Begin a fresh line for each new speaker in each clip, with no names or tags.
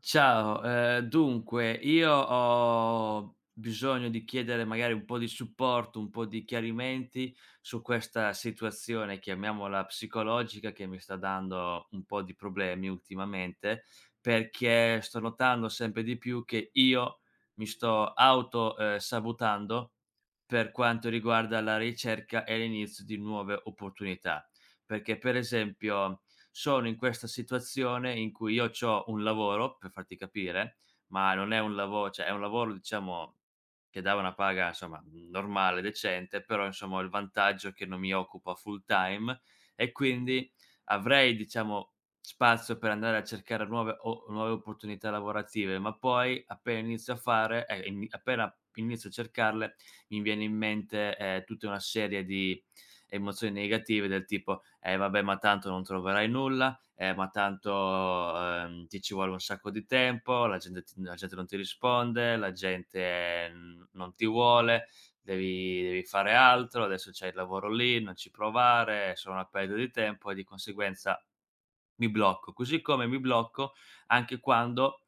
Ciao, dunque io ho bisogno di chiedere magari un po' di supporto, un po' di chiarimenti su questa situazione, chiamiamola psicologica, che mi sta dando un po' di problemi ultimamente, perché sto notando sempre di più che io mi sto auto, sabotando per quanto riguarda la ricerca e l'inizio di nuove opportunità. Perché per esempio sono in questa situazione in cui io c'ho un lavoro, per farti capire, ma non è un lavo cioè è un lavoro diciamo che dà una paga insomma normale, decente, però insomma ho il vantaggio che non mi occupa full time e quindi avrei diciamo spazio per andare a cercare nuove opportunità lavorative, ma poi appena inizio a cercarle mi viene in mente, tutta una serie di emozioni negative del tipo: "Eh vabbè, ma tanto non troverai nulla, ma tanto, ti ci vuole un sacco di tempo, la gente non ti risponde, la gente, mhmm, non ti vuole, devi fare altro, adesso c'hai il lavoro lì, non ci provare, è solo una perdita di tempo", e di conseguenza mi blocco. Così come mi blocco anche quando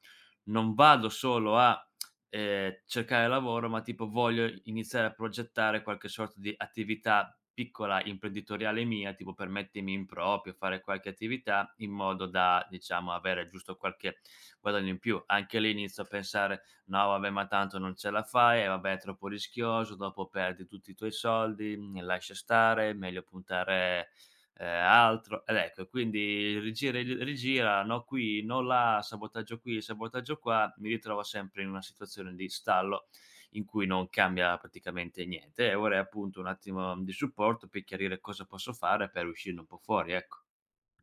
non vado solo a, cercare lavoro, ma tipo voglio iniziare a progettare qualche sorta di attività piccola, imprenditoriale mia, tipo per mettermi in proprio, fare qualche attività in modo da, diciamo, avere giusto qualche guadagno in più. Anche lì inizio a pensare: "No vabbè, ma tanto non ce la fai, e vabbè è troppo rischioso, dopo perdi tutti i tuoi soldi, mhmm, lascia stare, meglio puntare altro ed ecco, quindi rigira e ri rigira, no qui, no là, sabotaggio qui, sabotaggio qua, mi ritrovo sempre in una situazione di stallo in cui non cambia praticamente niente e vorrei appunto un attimo di supporto per chiarire cosa posso fare per uscirne un po' fuori, ecco.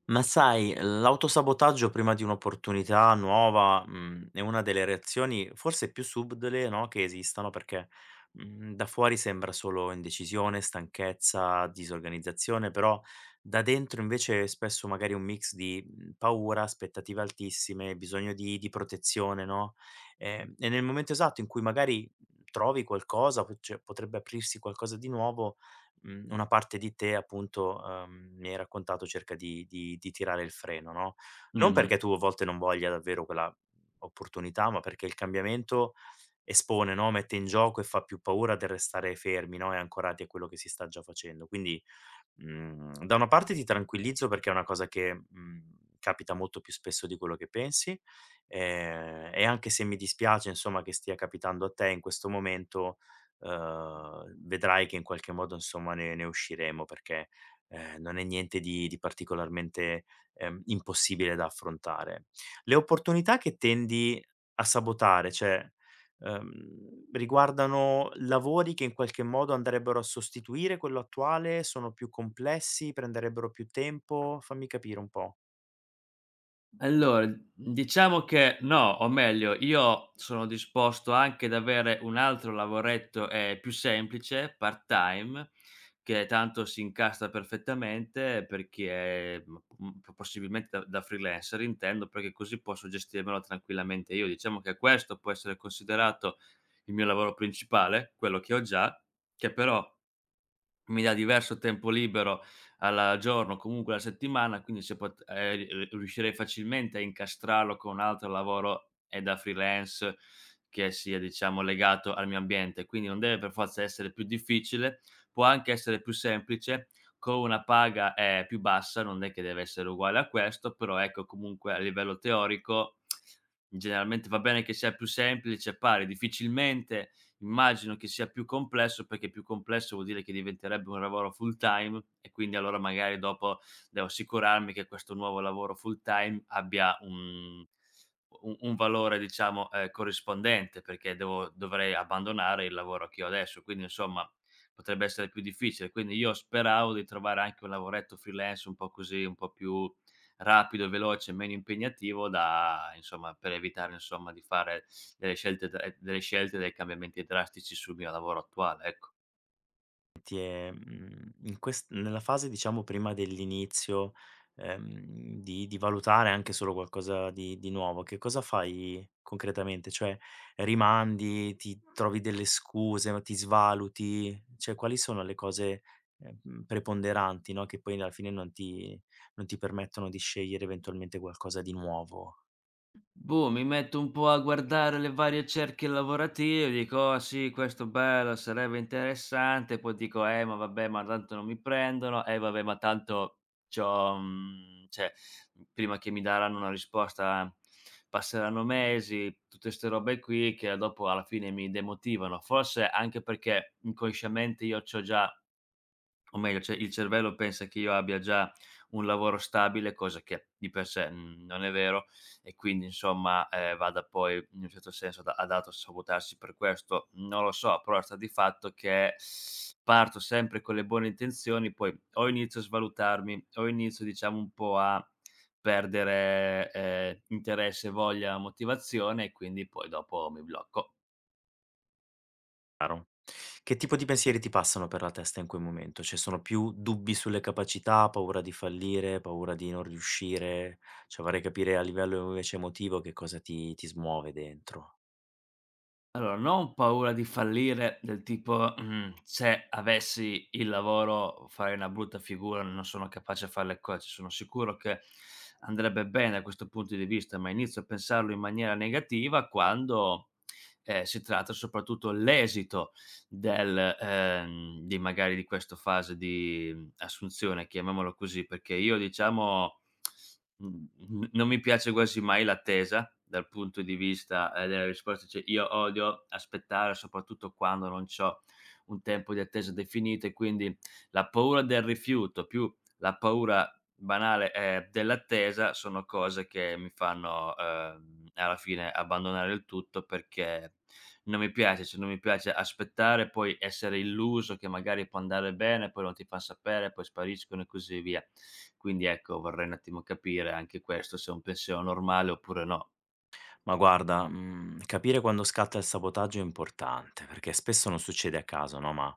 Ma sai, l'autosabotaggio prima di un'opportunità nuova, è una delle reazioni forse più subdole, no, che esistano perché, da fuori sembra solo indecisione, stanchezza, disorganizzazione, però da dentro invece è spesso magari un mix di, paura, aspettative altissime, bisogno di protezione, no, e nel momento esatto in cui magari trovi qualcosa, p cioè potrebbe aprirsi qualcosa di nuovo, una parte di te appunto, mi hai raccontato cerca di di tirare il freno, no, non
Mh-mh.
perché tu a volte non voglia davvero quella opportunità, ma perché il cambiamento espone, no, mette in gioco e fa più paura del restare fermi, no, e ancorati a quello che si sta già facendo. Quindi, da una parte ti tranquillizzo perché è una cosa che, capita molto più spesso di quello che pensi, e anche se mi dispiace insomma che stia capitando a te in questo momento, vedrai che in qualche modo insomma ne usciremo perché, non è niente di particolarmente, impossibile da affrontare. Le opportunità che tendi a sabotare, cioè, uhm, riguardano lavori che in qualche modo andrebbero a sostituire quello attuale? Sono più complessi? Prenderebbero più tempo? Fammi capire un po'.
Allora, diciamo che no, o meglio, io sono disposto anche ad avere un altro lavoretto, più semplice, part-time, che tanto si incastra perfettamente perché, mhmm, mhmm, p possibilmente da freelancer intendo, perché così posso gestirmelo tranquillamente io. Diciamo che questo può essere considerato il mio lavoro principale, quello che ho già, che però mi dà diverso tempo libero al giorno, comunque alla settimana, quindi se pot ri riuscirei facilmente a incastrarlo con un altro lavoro, da freelance che sia diciamo legato al mio ambiente. Quindi non deve per forza essere più difficile, può anche essere più semplice, con una paga, più bassa, non è che deve essere uguale a questo, però ecco comunque a livello teorico generalmente va bene che sia più semplice, pari, difficilmente immagino che sia più complesso, perché più complesso vuol dire che diventerebbe un lavoro full time e quindi allora magari dopo devo assicurarmi che questo nuovo lavoro full time abbia un u un valore diciamo, corrispondente, perché devo dovrei abbandonare il lavoro che ho adesso, quindi insomma potrebbe essere più difficile. Quindi io speravo di trovare anche un lavoretto freelance un po' così, un po' più rapido, veloce, meno impegnativo da insomma per evitare insomma di fare delle scelte, e dei cambiamenti drastici sul mio lavoro attuale, ecco.
Ti è, mhmm, in quest Nella fase diciamo prima dell'inizio, di valutare anche solo qualcosa di nuovo, che cosa fai concretamente? Cioè, rimandi, ti trovi delle scuse, ma ti svaluti? Cioè, quali sono le cose, preponderanti, no, che poi alla fine non ti permettono di scegliere eventualmente qualcosa di nuovo?
Boh, mi metto un po' a guardare le varie cerchie lavorative, dico: "Oh sì, questo bello, sarebbe interessante", poi dico: ma vabbè, ma tanto non mi prendono, eh vabbè, ma tanto c'ho mhmm, cioè, prima che mi daranno una risposta passeranno mesi", tutte 'ste robe qui che dopo alla fine mi demotivano. Forse anche perché inconsciamente io c'ho già o meglio, cioè il cervello pensa che io abbia già un lavoro stabile, cosa che di per sé, mhmm, non è vero e quindi insomma, vada poi in un certo senso ad autosabotarsi per questo, non lo so, però sta di fatto che parto sempre con le buone intenzioni, poi o inizio a svalutarmi, o inizio diciamo un po' a perdere, interesse, voglia, motivazione e quindi poi dopo mi blocco.
Chiaro. Che tipo di pensieri ti passano per la testa in quel momento? Cioè sono più dubbi sulle capacità, paura di fallire, paura di non riuscire? Cioè vorrei capire a livello invece emotivo che cosa ti smuove dentro.
Allora, non paura di fallire del tipo, mhmm, se avessi il lavoro farei una brutta figura, non sono capace a fare le cose. Sono sicuro che andrebbe bene da questo punto di vista, ma inizio a pensarlo in maniera negativa quando, si tratta soprattutto l'esito del di magari di questa fase di assunzione, chiamiamolo così, perché io diciamo mhmm, n non mi piace quasi mai l'attesa dal punto di vista, della risposta, cioè io odio aspettare, soprattutto quando non c'ho un tempo di attesa definito e quindi la paura del rifiuto più la paura banale, dell'attesa sono cose che mi fanno, alla fine abbandonare il tutto perché non mi piace, cioè non mi piace aspettare, poi essere illuso che magari può andare bene, poi non ti fan sapere, poi spariscono e così via. Quindi ecco, vorrei un attimo capire anche questo, se è un pensiero normale oppure no.
Ma guarda, capire quando scatta il sabotaggio è importante, perché spesso non succede a caso, no, ma,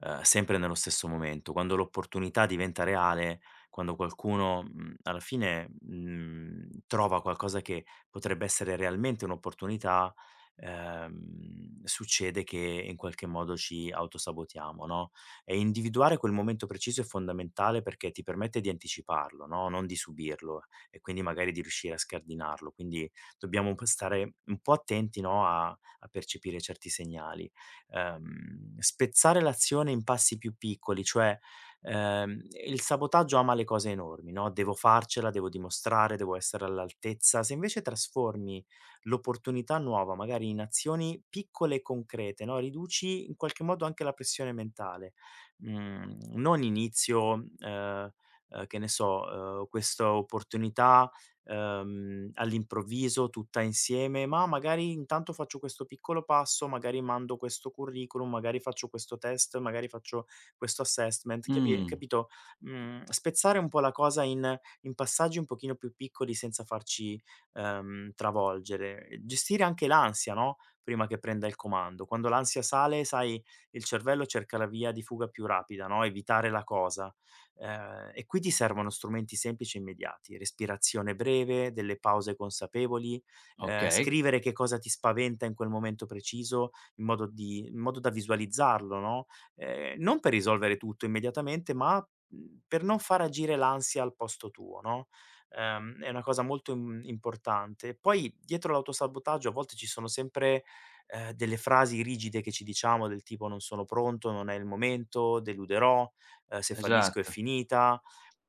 sempre nello stesso momento. Quando l'opportunità diventa reale, quando qualcuno, alla fine, trova qualcosa che potrebbe essere realmente un'opportunità, succede che in qualche modo ci autosabotiamo, no, e individuare quel momento preciso è fondamentale perché ti permette di anticiparlo, no, non di subirlo e quindi magari di riuscire a scardinarlo. Quindi dobbiamo un po' stare un po' attenti, no, a percepire certi segnali. Spezzare l'azione in passi più piccoli, cioè, ehm, il sabotaggio ama le cose enormi, no, devo farcela, devo dimostrare, devo essere all'altezza. Se invece trasformi l'opportunità nuova magari in azioni piccole e concrete, no, riduci in qualche modo anche la pressione mentale. Non inizio, che ne so, questa opportunità all'improvviso, tutta insieme, ma magari intanto faccio questo piccolo passo, magari mando questo curriculum, magari faccio questo test, magari faccio questo assessment,
Mh,
capito? Spezzare un po' la cosa in passaggi un pochino più piccoli senza farci, travolgere. E gestire anche l'ansia, no, prima che prenda il comando. Quando l'ansia sale, sai, il cervello cerca la via di fuga più rapida, no, evitare la cosa. E qui ti servono strumenti semplici e immediati: respirazione breve, delle pause consapevoli,
okay,
scrivere che cosa ti spaventa in quel momento preciso in modo da visualizzarlo, no, non per risolvere tutto immediatamente, ma, per non far agire l'ansia al posto tuo, no, è una cosa molto, importante. Poi dietro l'autosabotaggio a volte ci sono sempre, delle frasi rigide che ci diciamo del tipo: "Non sono pronto, non è il momento, deluderò", se fallisco è
esatto.
finita.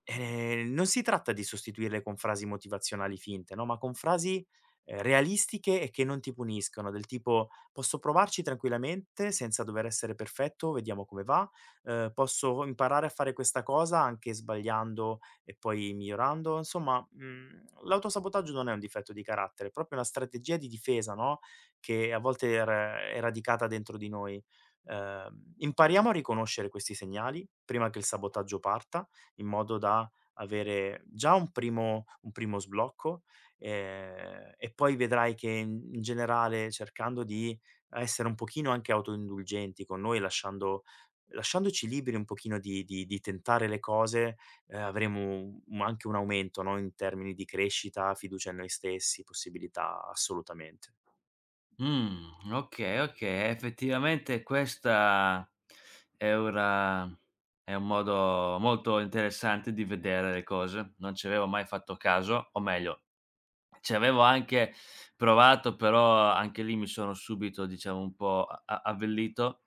Non si tratta di sostituirle con frasi motivazionali finte, no, ma con frasi, realistiche e che non ti puniscono, del tipo: "Posso provarci tranquillamente senza dover essere perfetto, vediamo come va. Posso imparare a fare questa cosa anche sbagliando e poi migliorando". Insomma, l'autosabotaggio non è un difetto di carattere, è proprio una strategia di difesa, no, che a volte è ra è radicata dentro di noi. Impariamo a riconoscere questi segnali prima che il sabotaggio parta, in modo da avere già un primo sblocco, e poi vedrai che in generale cercando di essere un pochino anche autoindulgenti con noi, lasciandoci liberi un pochino di tentare le cose, avremo un anche un aumento, no, in termini di crescita, fiducia in noi stessi, possibilità assolutamente.
Okay, okay. Effettivamente questa è ora è un modo molto interessante di vedere le cose. Non ci avevo mai fatto caso, o meglio ci avevo anche provato, però anche lì mi sono subito, diciamo, un po' a avvellito,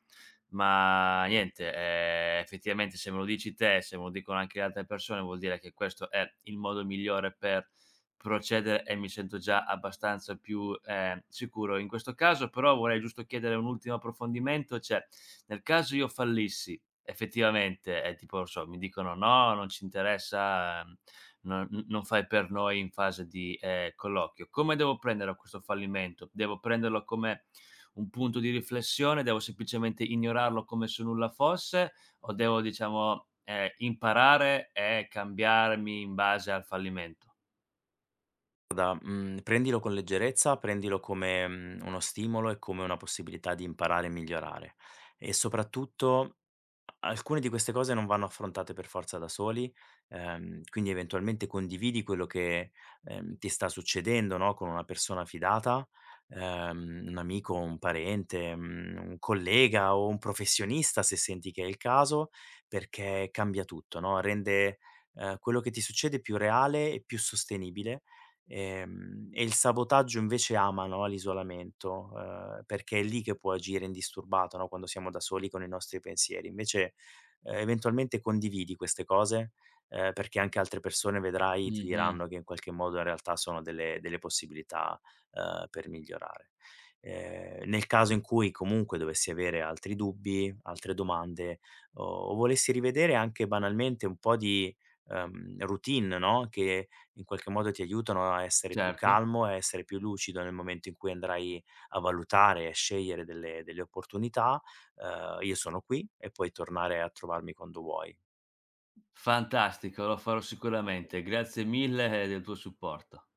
ma niente, effettivamente se me lo dici te, se me lo dicono anche le altre persone, vuol dire che questo è il modo migliore per procedere e mi sento già abbastanza più, sicuro in questo caso. Però vorrei giusto chiedere un ultimo approfondimento, cioè nel caso io fallissi effettivamente e tipo, non so, mi dicono: "No, non ci interessa, No n non fai per noi" in fase di, colloquio. Come devo prenderlo questo fallimento? Devo prenderlo come un punto di riflessione? Devo semplicemente ignorarlo come se nulla fosse? O devo diciamo, imparare e cambiarmi in base al fallimento?
Guarda, prendilo con leggerezza, prendilo come, uno stimolo e come una possibilità di imparare e migliorare. E soprattutto, a alcune di queste cose non vanno affrontate per forza da soli, quindi eventualmente condividi quello che, ti sta succedendo, no, con una persona fidata, un amico, un parente, un collega o un professionista se senti che è il caso, perché cambia tutto, no, rende, quello che ti succede più reale e più sostenibile. E il sabotaggio invece ama, no, l'isolamento, perché è lì che può agire indisturbato, no, quando siamo da soli con i nostri pensieri. Invece, eventualmente condividi queste cose, perché anche altre persone vedrai ti
Mh-mh,
diranno che in qualche modo in realtà sono delle possibilità, per migliorare. Nel caso in cui comunque dovessi avere altri dubbi, altre domande o volessi rivedere anche banalmente un po' di, routine, no, che in qualche modo ti aiutano a essere più
certo.
calmo, e a essere più lucido nel momento in cui andrai a valutare e a scegliere delle opportunità. Io sono qui e puoi tornare a trovarmi quando vuoi.
Fantastico, lo farò sicuramente. Grazie mille del tuo supporto.